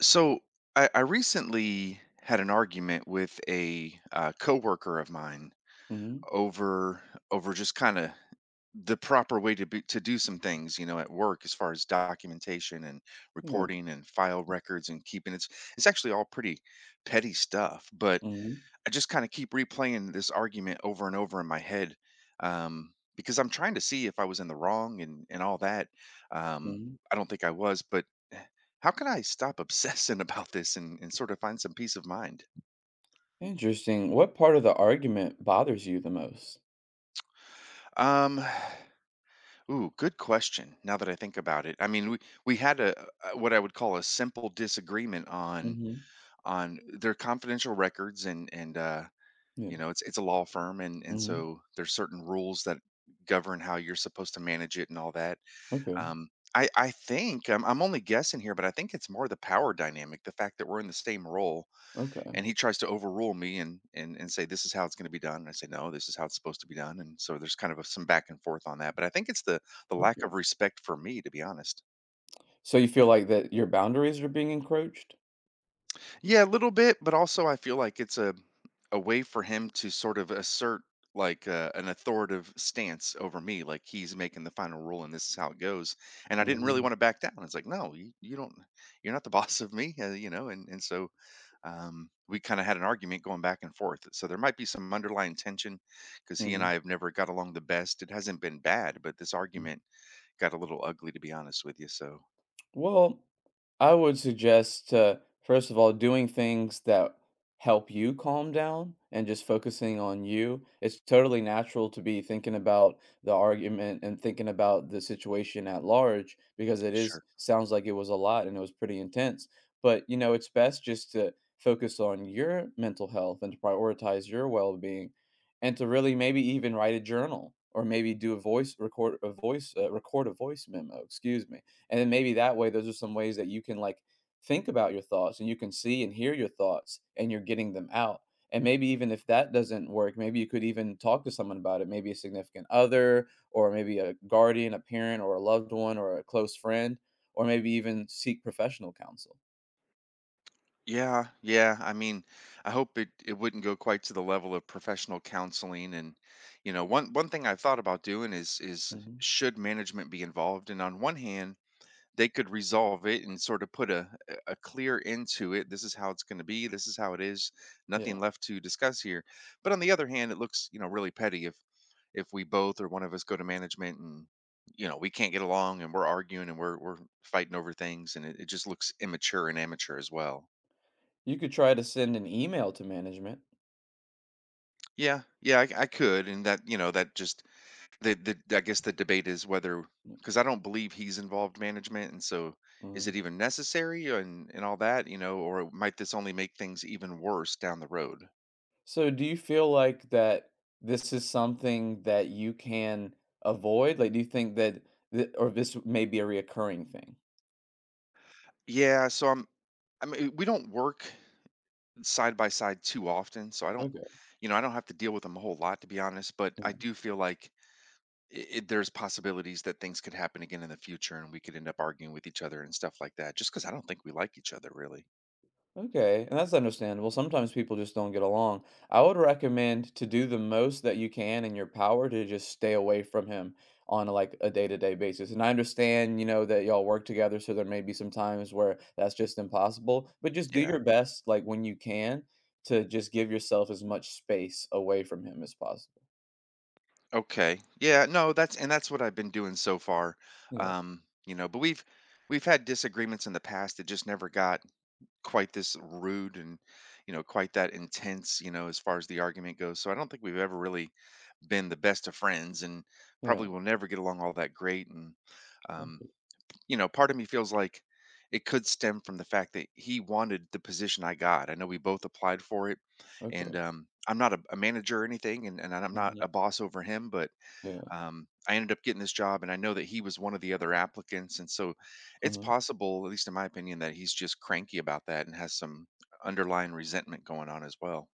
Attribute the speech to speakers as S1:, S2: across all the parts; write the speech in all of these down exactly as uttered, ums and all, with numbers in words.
S1: So I, I recently had an argument with a uh, coworker of mine
S2: Mhm.
S1: over over just kind of the proper way to be, to do some things, you know, at work as far as documentation and
S2: Yeah.
S1: reporting and file records and keeping it's it's actually all pretty petty stuff, but
S2: Mhm.
S1: I just kind of keep replaying this argument over and over in my head um, because I'm trying to see if I was in the wrong and and all that. Um,
S2: Mhm.
S1: I don't think I was, but eh, how can I stop obsessing about this and, and sort of find some peace of mind?
S2: Interesting. What part of the argument bothers you the most?
S1: Um, Ooh, good question. Now that I think about it, I mean, we we had a a- what I would call a simple disagreement on
S2: Mhm.
S1: on their confidential records and and uh,
S2: Yeah.
S1: you know it's it's a law firm and and
S2: Mhm.
S1: so there's certain rules that govern how you're supposed to manage it and all that.
S2: Okay.
S1: Um i i think i'm, I'm only guessing here, but I think it's more the power dynamic, the fact that we're in the same role,
S2: Okay.
S1: and he tries to overrule me and and, and say, "This is how it's going to be done," and I say, "No, this is how it's supposed to be done." And so there's kind of a, some back and forth on that, but I think it's the the lack
S2: Okay.
S1: of respect for me, to be honest.
S2: So you feel like that your boundaries are being encroached?
S1: Yeah, a little bit, but also I feel like it's a a way for him to sort of assert like uh, an authoritative stance over me. Like he's making the final rule, and this is how it goes. And I didn't really
S2: Mhm.
S1: want to back down. It's like, "No, you, you don't. You're not the boss of me," uh, you know. And and so um, we kind of had an argument going back and forth. So there might be some underlying tension because he and
S2: Mhm.
S1: I have never got along the best. It hasn't been bad, but this argument got a little ugly, to be honest with you. So.
S2: Well, I would suggest uh, first of all doing things that help you calm down and just focusing on you. It's totally natural to be thinking about the argument and thinking about the situation at large because it is
S1: Sure.
S2: sounds like it was a lot and it was pretty intense. But you know, it's best just to focus on your mental health and to prioritize your well-being and to really maybe even write a journal or maybe do a voice record a voice uh, record a voice memo, excuse me. And then maybe that way, those are some ways that you can like think about your thoughts and you can see and hear your thoughts and you're getting them out. And maybe even if that doesn't work, maybe you could even talk to someone about it, maybe a significant other, or maybe a guardian, a parent, or a loved one, or a close friend, or maybe even seek professional counsel.
S1: Yeah, yeah. I mean, I hope it it wouldn't go quite to the level of professional counseling. And you know, one one thing I've thought about doing is is
S2: hmm
S1: should management be involved? And on one hand, they could resolve it and sort of put a a clear end to it. This is how it's going to be. This is how it is. Nothing
S2: Yeah.
S1: left to discuss here. But on the other hand, it looks, you know, really petty if if we both or one of us go to management and, you know, we can't get along and we're arguing and we're we're fighting over things, and it, it just looks immature and amateur as well.
S2: You could try to send an email to management.
S1: Yeah, yeah, I, I could, and that, you know, that just the the I guess the debate is whether, because I don't believe he's involved management, and so is
S2: Mm,
S1: it even necessary and and all that, you know, or might this only make things even worse down the road?
S2: So do you feel like that this is something that you can avoid? Like, do you think that th- or this may be a reoccurring thing?
S1: Yeah, so I'm I mean, we don't work side by side too often, so I don't,
S2: Okay.
S1: you know, I don't have to deal with him a whole lot, to be honest, but I
S2: Yeah.
S1: do feel like it, there's possibilities that things could happen again in the future, and we could end up arguing with each other and stuff like that, just because I don't think we like each other really.
S2: Okay. And that's understandable. Sometimes people just don't get along. I would recommend to do the most that you can in your power to just stay away from him on like a day-to-day basis. And I understand, you know, that y'all work together, so there may be some times where that's just impossible, but just do
S1: Yeah.
S2: your best like when you can to just give yourself as much space away from him as possible.
S1: Okay. Yeah, no, that's and that's what I've been doing so far.
S2: Yeah,
S1: Um, you know, but we've we've had disagreements in the past that just never got quite this rude and, you know, quite that intense, you know, as far as the argument goes. So I don't think we've ever really been the best of friends and
S2: yeah,
S1: probably will never get along all that great. And um,
S2: okay,
S1: you know, part of me feels like it could stem from the fact that he wanted the position I got. I know we both applied for it. And
S2: okay,
S1: um I'm not a, a manager or anything, and, and, I'm not
S2: mhm,
S1: a boss over him, but
S2: yeah,
S1: um, I ended up getting this job, and I know that he was one of the other applicants. And so it's
S2: uh-huh,
S1: possible, at least in my opinion, that he's just cranky about that and has some underlying resentment going on as well.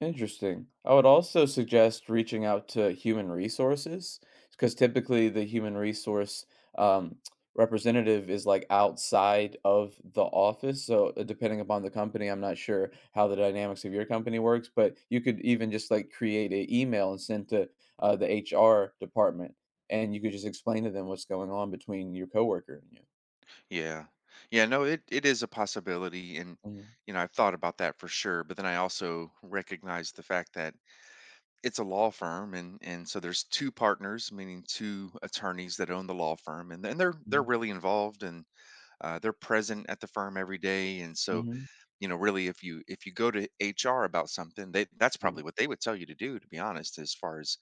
S2: interesting. I would also suggest reaching out to human resources because typically the human resource, um, representative is, like, outside of the office, so, uh, depending upon the company, I'm not sure how the dynamics of your company works, but you could even just, like, create an email and send to, uh, the H R department, and you could just explain to them what's going on between your coworker and you.
S1: Yeah. Yeah, no, it, it is a possibility. And,
S2: Mhm,
S1: you know, I've thought about that for sure. But then I also recognize the fact that it's a law firm, and and so there's two partners, meaning two attorneys that own the law firm, and then they're they're
S2: mhm,
S1: really involved and uh, they're present at the firm every day. And so,
S2: mhm,
S1: you know, really, if you if you go to H R about something, they that's
S2: mm,
S1: probably what they would tell you to do. To be honest, as far as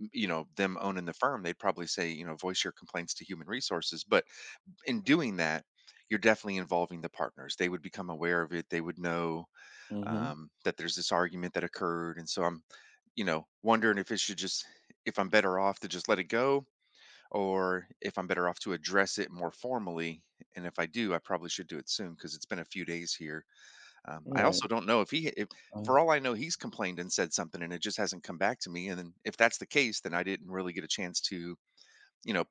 S1: m- you know, them owning the firm, they'd probably say, you know, voice your complaints to human resources. But in doing that, you're definitely involving the partners. They would become aware of it. They would know
S2: mhm.
S1: um, that there's this argument that occurred. And so I'm, you know, wondering if it should just, if I'm better off to just let it go, or if I'm better off to address it more formally. And if I do, I probably should do it soon because it's been a few days here. um, I
S2: Right.
S1: also don't know if he if
S2: Uh,
S1: for all I know, he's complained and said something and it just hasn't come back to me, and then if that's the case, then I didn't really get a chance to, you know,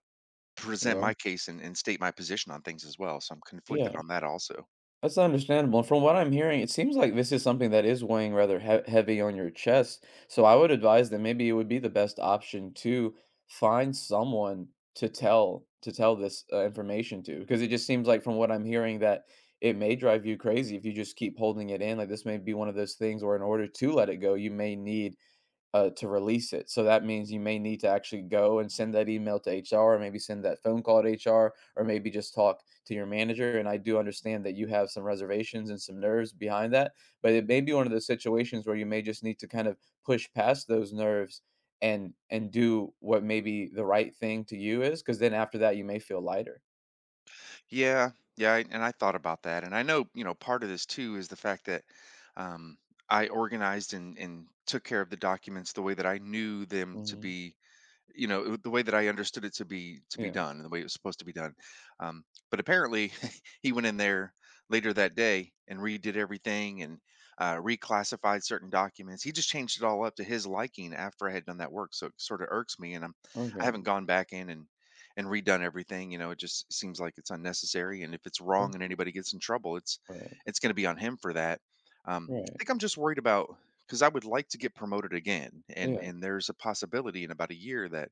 S1: present
S2: yeah.
S1: my case and and state my position on things as well. So I'm conflicted
S2: Yeah.
S1: on that also.
S2: That's understandable. And from what I'm hearing, it seems like this is something that is weighing rather he- heavy on your chest. So I would advise that maybe it would be the best option to find someone to tell to tell this uh, information to, because it just seems like from what I'm hearing that it may drive you crazy if you just keep holding it in. Like this may be one of those things where in order to let it go, you may need uh, to release it. So that means you may need to actually go and send that email to H R, or maybe send that phone call to H R, or maybe just talk to your manager. And I do understand that you have some reservations and some nerves behind that, but it may be one of those situations where you may just need to kind of push past those nerves and and do what maybe the right thing to you is, because then after that you may feel lighter.
S1: Yeah, yeah, I and I thought about that, and I know, you know, part of this too is the fact that, um, I organized and and took care of the documents the way that I knew them to
S2: hmm
S1: be, you know, the way that I understood it to be to be
S2: Yeah.
S1: done and the way it was supposed to be done. Um, but apparently, he went in there later that day and redid everything and uh, reclassified certain documents. He just changed it all up to his liking after I had done that work. So it sort of irks me, and I'm, I
S2: Okay.
S1: haven't gone back in and and redone everything. You know, it just seems like it's unnecessary. And if it's wrong and
S2: ok-
S1: anybody gets in trouble, it's
S2: Right.
S1: it's going to be on him for that. Um, I
S2: Right.
S1: think I'm just worried about, because I would like to get promoted again, and
S2: Yeah.
S1: and there's a possibility in about a year that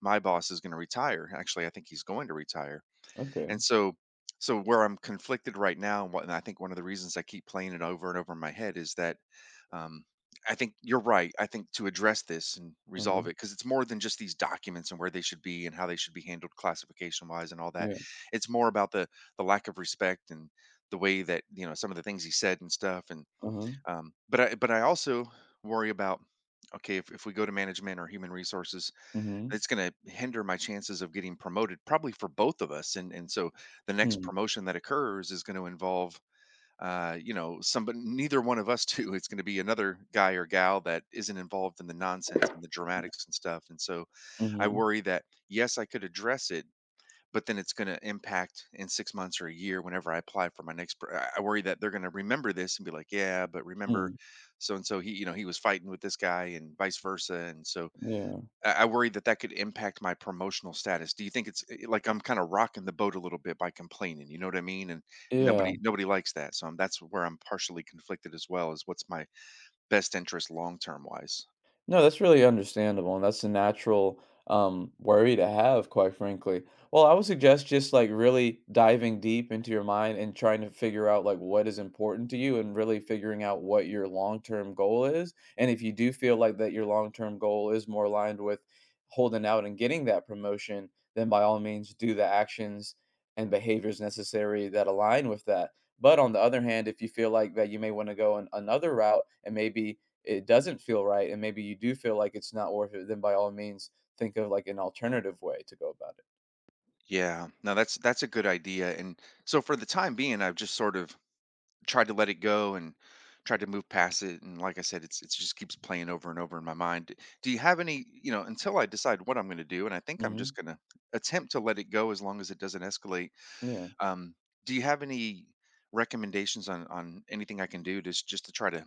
S1: my boss is going to retire. Actually, I think he's going to retire,
S2: Okay.
S1: and so so where I'm conflicted right now, and what and I think one of the reasons I keep playing it over and over in my head is that um, I think you're right. I think to address this and
S2: Uh huh.
S1: resolve it, because it's more than just these documents and where they should be and how they should be handled, classification wise and all that.
S2: Yeah.
S1: It's more about the the lack of respect and the way that, you know, some of the things he said and stuff. And
S2: Uh huh.
S1: um, but I but I also worry about, okay, if, if we go to management or human resources,
S2: Mm-hmm.
S1: it's going to hinder my chances of getting promoted, probably for both of us. And and so the next
S2: Hmm.
S1: promotion that occurs is going to involve uh you know, somebody, neither one of us two, it's going to be another guy or gal that isn't involved in the nonsense and the dramatics and stuff. And so I
S2: Mm-hmm.
S1: worry that yes, I could address it, but then it's going to impact, in six months or a year, whenever I apply for my next. pr- I I worry that they're going to remember this and be like, "Yeah, but remember,
S2: Hmm.
S1: so and so, he, you know, he was fighting with this guy," and vice versa. And so
S2: Yeah.
S1: I, I worry that that could impact my promotional status. Do you think it's eh, like I'm kind of rocking the boat a little bit by complaining? You know what I mean? And
S2: Yeah.
S1: nobody nobody likes that. So I'm, that's where I'm partially conflicted as well. Is what's my best interest long term wise?
S2: No, that's really understandable, and that's a natural um, worry to have, quite frankly. Well, I would suggest just like really diving deep into your mind and trying to figure out like what is important to you and really figuring out what your long-term goal is. And if you do feel like that your long-term goal is more aligned with holding out and getting that promotion, then by all means do the actions and behaviors necessary that align with that. But on the other hand, if you feel like that you may want to go in another route and maybe it doesn't feel right and maybe you do feel like it's not worth it, then by all means think of like an alternative way to go about
S1: Yeah, no, that's that's a good idea. And so for the time being, I've just sort of tried to let it go and tried to move past it. And like I said, it's it just keeps playing over and over in my mind. Do you have any, you know, until I decide what I'm going to do, and I
S2: it.
S1: think I'm
S2: hmm
S1: just going to attempt to let it go as long as it doesn't escalate.
S2: Yeah.
S1: um, do you have any recommendations on on anything I can do, just just to try to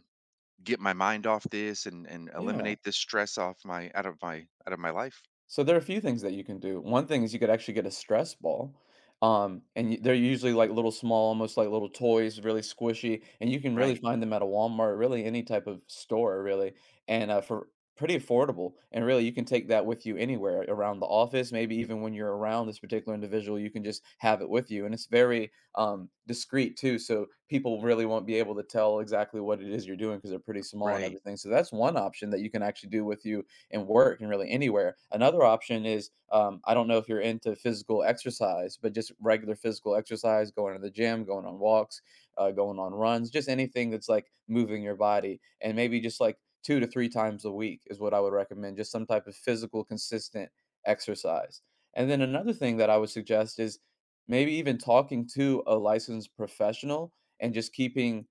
S1: get my mind off this and and
S2: Yeah.
S1: eliminate this stress off my out of my out of my life?
S2: So there are a few things that you can do. One thing is you could actually get a stress ball. Um, and y- they're usually like little small, almost like little toys, really squishy, and you can really
S1: Right.
S2: find them at a Walmart, really any type of store, really, and uh, for pretty affordable. And really, you can take that with you anywhere around the office, maybe even when you're around this particular individual, you can just have it with you, and it's very um, discreet too, so people really won't be able to tell exactly what it is you're doing because they're pretty small and
S1: Right.
S2: everything. So that's one option that you can actually do with you and work and really anywhere. Another option is um, I don't know if you're into physical exercise, but just regular physical exercise, going to the gym, going on walks, uh, going on runs, just anything that's like moving your body, and maybe just like two to three times a week is what I would recommend. Just some type of physical, consistent exercise. And then another thing that I would suggest is maybe even talking to a licensed professional and just keeping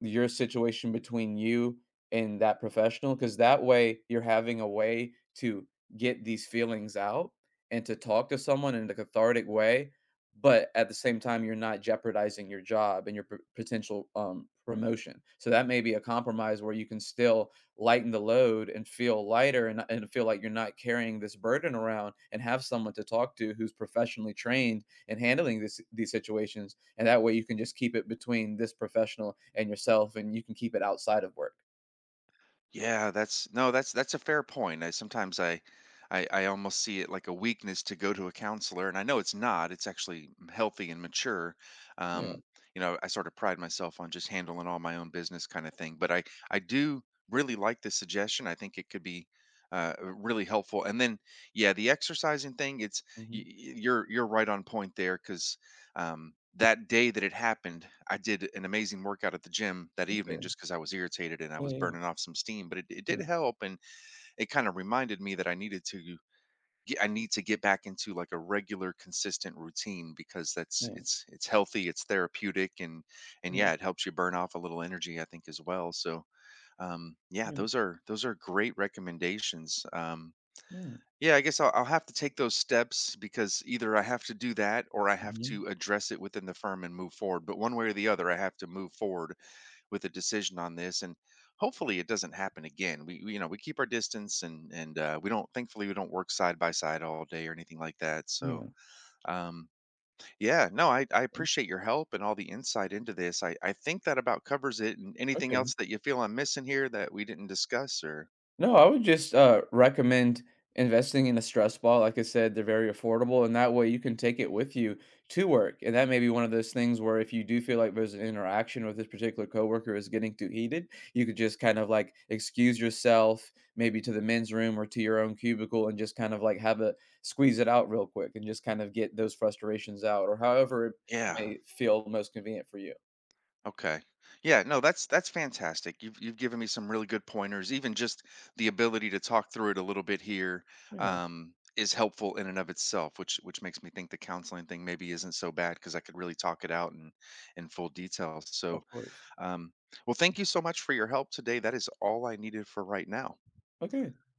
S2: your situation between you and that professional because that way you're having a way to get these feelings out and to talk to someone in a cathartic way, but at the same time you're not jeopardizing your job and your p- potential um, promotion, so that may be a compromise where you can still lighten the load and feel lighter and, and feel like you're not carrying this burden around and have someone to talk to who's professionally trained in handling this, these situations, and that way you can just keep it between this professional and yourself and you can keep it outside of work.
S1: Yeah, that's, no, that's that's a fair point. I sometimes I, I I almost see it like a weakness to go to a counselor, and I know it's not. It's actually mm, healthy and mature.
S2: Yeah.
S1: Um, you know, I sort of pride myself on just handling all my own business, kind of thing. But I I do really like the suggestion. I think it could be uh, really helpful. And then yeah, the exercising thing. It's
S2: Mhm.
S1: y- y- you're you're right on point there because um, that day that it happened, I did an amazing workout at the gym that evening
S2: Okay.
S1: just because I was irritated and I
S2: Yeah,
S1: was
S2: yeah,
S1: burning off some steam. But it, it did
S2: yeah.
S1: help, and it kind of reminded me that I needed to get, I need to get back into like a regular, consistent routine, because that's
S2: Yeah.
S1: it's it's healthy, it's therapeutic, and and
S2: Yeah. Right.
S1: yeah, it helps you burn off a little energy, I think, as well. So um, yeah,
S2: Yeah.
S1: those are those are great recommendations. Um,
S2: Yeah.
S1: yeah, I guess I'll, I'll have to take those steps, because either I have to do that or I have
S2: Mhm.
S1: to address it within the firm and move forward. But one way or the other, I have to move forward with a decision on this, and hopefully it doesn't happen again. We, we you know, we keep our distance, and and uh, we don't. Thankfully, we don't work side by side all day or anything like that. So,
S2: Yeah.
S1: um, yeah, no, I I
S2: Mm,
S1: appreciate your help and all the insight into this. I I think that about covers it. And anything
S2: Okay.
S1: else that you feel I'm missing here that we didn't discuss, or
S2: No, I would just uh, recommend investing in a stress ball. Like I said, they're very affordable, and that way you can take it with you to work. And that may be one of those things where if you do feel like there's an interaction with this particular coworker is getting too heated, you could just kind of like excuse yourself, maybe to the men's room or to your own cubicle, and just kind of like have a squeeze it out real quick and just kind of get those frustrations out, or however it
S1: yeah.
S2: may feel most convenient for you.
S1: Okay. Yeah, no, that's that's fantastic. You've you've given me some really good pointers. Even just the ability to talk through it a little bit here
S2: Yeah,
S1: um, is helpful in and of itself, which which makes me think the counseling thing maybe isn't so bad, because I could really talk it out in in full detail. So,
S2: of course.
S1: um, well, thank you so much for your help today. That is all I needed for right now.
S2: Okay.